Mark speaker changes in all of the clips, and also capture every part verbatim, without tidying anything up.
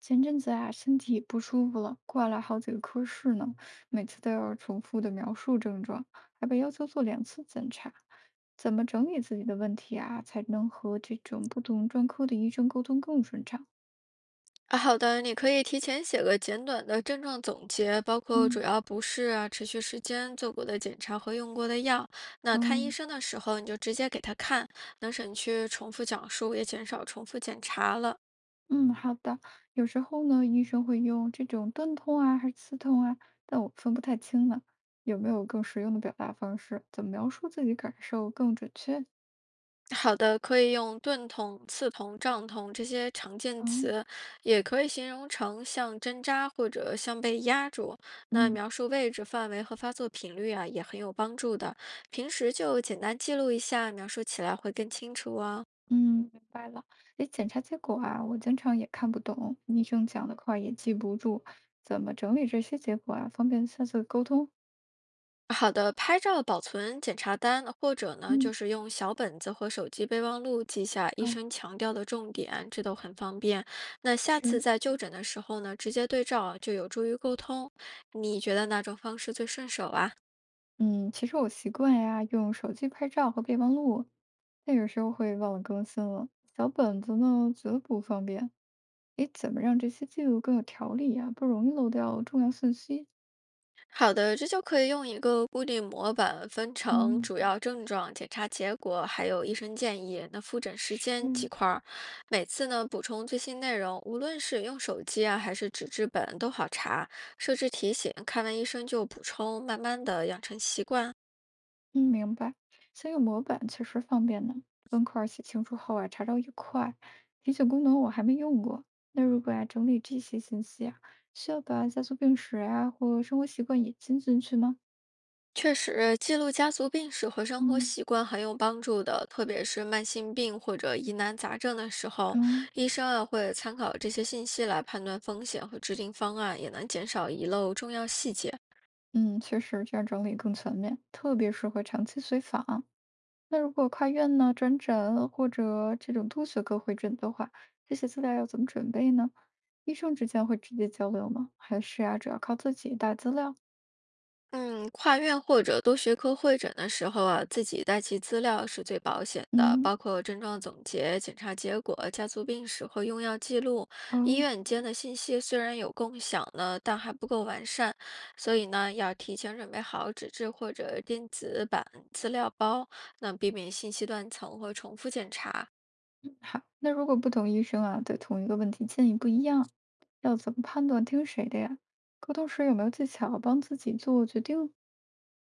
Speaker 1: 前阵子啊，身体不舒服了，挂了好几个科室呢，每次都要重复的描述症状，还被要求做两次检查。怎么整理自己的问题啊，才能和这种不同专科的医生沟通更顺畅？
Speaker 2: 啊，好的，你可以提前写个简短的症状总结，包括主
Speaker 1: 嗯，
Speaker 2: 要不适啊、持续时间、做过的检查和用过的药。那看医
Speaker 1: 嗯
Speaker 2: 生的时候，你就直接给他看，能省去重复讲述，也减少重复检查了。
Speaker 1: 嗯，好的。有时候呢，医生会用这种钝痛啊，还是刺痛啊，但我分不太清呢。有没有更实用的表达方式？怎么描述自己感受更准确？
Speaker 2: 好的，可以用钝痛、刺痛、胀痛这些常见
Speaker 1: 哦，
Speaker 2: 词，也可以形容成像针扎或者像被压住。那
Speaker 1: 嗯。
Speaker 2: 描述位置、范围和发作频率啊，也很有帮助的。平时就简单记录一下，描述起来会更清楚哦。
Speaker 1: 嗯，明白了。诶，检查结果啊，我经常也看不懂，医生讲的快也记不住，怎么整理这些结果啊，方便下次沟通？
Speaker 2: 好的，拍照保存检查单，或者呢，
Speaker 1: 嗯，
Speaker 2: 就是用小本子和手机备忘录记下医
Speaker 1: 好，
Speaker 2: 生强调的重点，这都很方便。那下次
Speaker 1: 是，
Speaker 2: 在就诊的时候呢，直接对照就有助于沟通。你觉得哪种方式最顺手啊？
Speaker 1: 嗯，其实我习惯呀，用手机拍照和备忘录，但有时候会忘了更新了。小本子呢，觉得不方便。诶，怎么让这些记录更有条理呀，不容易漏掉重要信息？
Speaker 2: 好的，这就可以用一个固定模板分成
Speaker 1: 嗯，
Speaker 2: 主要症状、检查结果，还有医生建议。那复诊时间几
Speaker 1: 是，
Speaker 2: 块儿，每次呢补充最新内容，无论是用手机啊还是纸质本都好查。设置提醒，看完医生就补充，慢慢的养成习惯。
Speaker 1: 嗯，明白。像用模板确实方便呢，分块儿写清楚后啊，查找也快。提醒功能我还没用过。那如果啊，整理这些信息啊，需要把家族病史啊或生活习惯也进进去吗？
Speaker 2: 确实，记录家族病史和生活
Speaker 1: 嗯，
Speaker 2: 习惯很有帮助的，特别是慢性病或者疑难杂症的时候，
Speaker 1: 嗯
Speaker 2: 医生啊会参考这些信息来判断风险和制定方案，也能减少遗漏重要细节。
Speaker 1: 嗯，确实这样整理更全面，特别适合长期随访啊。那如果跨院呢、转诊或者这种多学科会诊的话，这些资料要怎么准备呢？医生之间会直接交流吗？还是啊，主要靠自己带资料？
Speaker 2: 嗯，跨院或者多学科会诊的时候啊，自己带齐资料是最保险的，
Speaker 1: 嗯，
Speaker 2: 包括症状总结、检查结果、家族病史和用药记录。医
Speaker 1: 哦。
Speaker 2: 院间的信息虽然有共享呢，但还不够完善，所以呢，要提前准备好纸质或者电子版资料包，那避免信息断层和重复检查。
Speaker 1: 好，那如果不同医生啊，对同一个问题建议不一样，要怎么判断听谁的呀？沟通时有没有技巧帮自己做决定？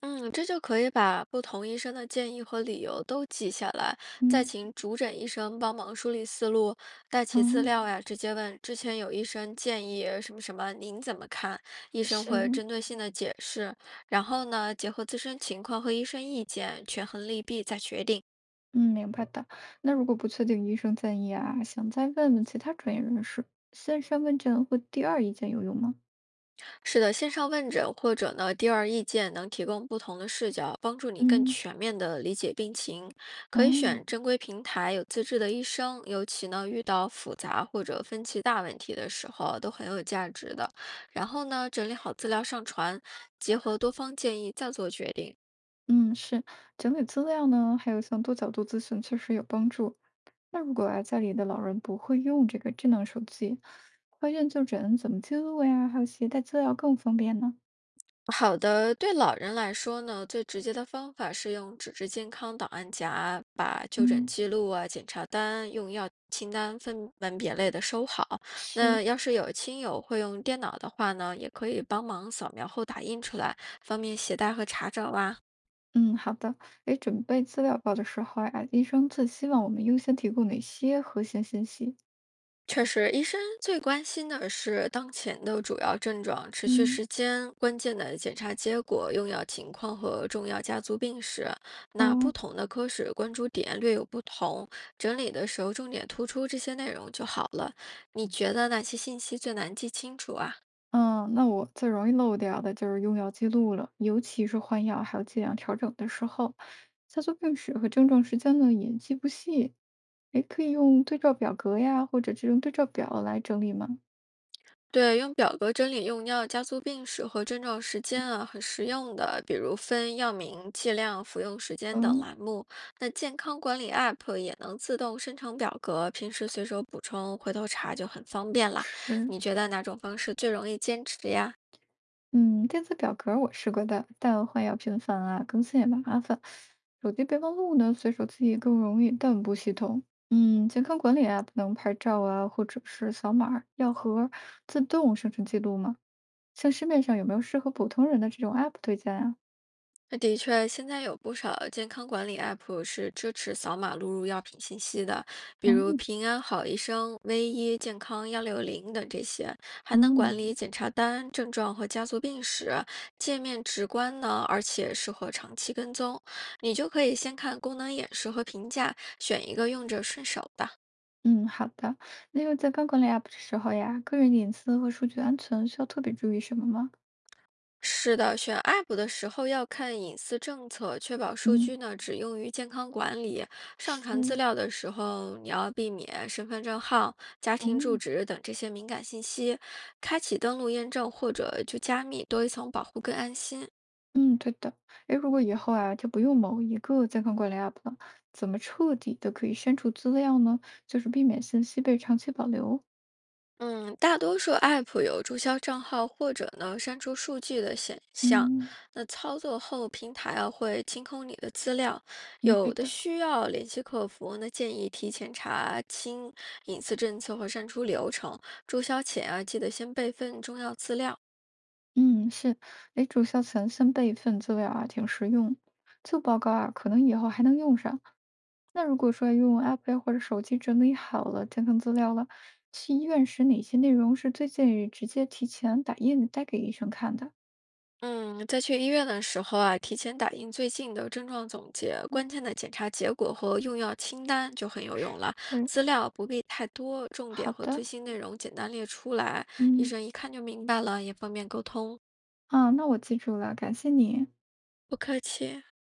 Speaker 2: 嗯，这就可以把不同医生的建议和理由都记下来，再
Speaker 1: 嗯，
Speaker 2: 请主诊医生帮忙梳理思路，带
Speaker 1: 哦，
Speaker 2: 齐资料呀，直接问之前有医生建议什么什么，您怎么看？医生
Speaker 1: 是，
Speaker 2: 会针对性的解释，然后呢，结合自身情况和医生意见，权衡利弊再决定。
Speaker 1: 嗯，明白的。那如果不确定医生建议啊，想再问问其他专业人士，先上问证或第二意见有用吗？
Speaker 2: 是的，线上问诊或者呢第二意见能提供不同的视角，帮助你更
Speaker 1: 嗯，
Speaker 2: 全面的理解病情。可以
Speaker 1: 哦，
Speaker 2: 选正规平台、有资质的医生，尤其呢遇到复杂或者分歧大问题的时候，都很有价值的。然后呢，整理好资料上传，结合多方建议再做决定。
Speaker 1: 嗯，是，整理资料呢，还有像多角度咨询确实有帮助。那如果啊，家里的老人不会用这个智能手机，怀孕就诊怎么记录呀？还有携带资料更方便呢？
Speaker 2: 好的，对老人来说呢，最直接的方法是用纸质健康档案夹把就诊
Speaker 1: 嗯，
Speaker 2: 记录啊、检查单、用药清单分门别类的收好。
Speaker 1: 是，
Speaker 2: 那要是有亲友会用电脑的话呢，也可以帮忙扫描后打印出来，方便携带和查找啊。
Speaker 1: 嗯，好的。诶，准备资料包的时候呀，医生最希望我们优先提供哪些核心信息？
Speaker 2: 确实，医生最关心的是当前的主要症状、持续
Speaker 1: 嗯，
Speaker 2: 时间、关键的检查结果、用药情况和重要家族病史。那
Speaker 1: 哦，
Speaker 2: 不同的科室关注点略有不同，整理的时候重点突出这些内容就好了。你觉得哪些信息最难记清楚啊？
Speaker 1: 嗯，那我最容易漏掉的就是用药记录了，尤其是换药还有剂量调整的时候，家族病史和症状时间呢也记不细。诶，可以用对照表格呀，或者这种对照表来整理吗？
Speaker 2: 对，用表格整理用药家族病史和症状时间啊，很实用的。比如分药名、剂量、服用时间等
Speaker 1: 嗯。
Speaker 2: 栏目。那健康管理 App 也能自动生成表格，平时随手补充，回头查就很方便了。
Speaker 1: 是，
Speaker 2: 你觉得哪种方式最容易坚持呀？
Speaker 1: 嗯，电子表格儿我试过的，但换药频繁啊，更新也麻烦。手机备忘录呢，随手记忆更容易，但不系统。嗯，健康管理 app 能拍照啊，或者是扫码儿、药盒儿自动生成记录吗？像市面上有没有适合普通人的这种 app 推荐啊？
Speaker 2: 那的确，现在有不少健康管理 App 是支持扫码录入药品信息的，比如
Speaker 1: 哦，
Speaker 2: 平安好医生、V 一 健康 幺六零等这些，还能管
Speaker 1: 嗯
Speaker 2: 理检查单、症状和家族病史。界面直观呢，而且适合长期跟踪。你就可以先看功能演示和评价，选一个用着顺手的。
Speaker 1: 嗯，好的。那用健康管理 app 的时候呀，个人隐私和数据安全需要特别注意什么吗？
Speaker 2: 是的，选 App 的时候要看隐私政策，确保数
Speaker 1: 嗯，
Speaker 2: 据呢只用于健康管理。上传资
Speaker 1: 是，
Speaker 2: 料的时候，你要避免身份证号、家
Speaker 1: 哦。
Speaker 2: 庭住址等这些敏感信息。开启登录验证或者就加密，多一层保护更安心。
Speaker 1: 嗯，对的。诶，如果以后啊，就不用某一个健康管理 App 了，怎么彻底的可以删除资料呢？就是避免信息被长期保留。
Speaker 2: 嗯，大多数 App 有注销账号或者呢删除数据的选项。
Speaker 1: 嗯
Speaker 2: 那操作后，平台啊会清空你的资料，
Speaker 1: 嗯，对
Speaker 2: 有的
Speaker 1: 的。
Speaker 2: 需要联系客服，那建议提前查清隐私政策和删除流程。注销前啊，记得先备份重要资料。
Speaker 1: 嗯，是。诶，注销前先备份资料啊，挺实用。旧报告啊，可能以后还能用上。那如果说用 App 呀或者手机整理好了健康资料了，去医院时哪些内容是最建议直接提前打印带给医生看的？
Speaker 2: 嗯，在去医院的时候啊，提前打印最近的症状总结、
Speaker 1: 嗯，
Speaker 2: 关键的检查结果和用药清单就很有用了。
Speaker 1: 嗯
Speaker 2: 资料不必太多，重点
Speaker 1: 好
Speaker 2: 和最
Speaker 1: 的。
Speaker 2: 新内容简单列出来，医
Speaker 1: 嗯，
Speaker 2: 生一看就明白了，也方便沟通。
Speaker 1: 啊，那我记住了，感谢你。
Speaker 2: 不客气。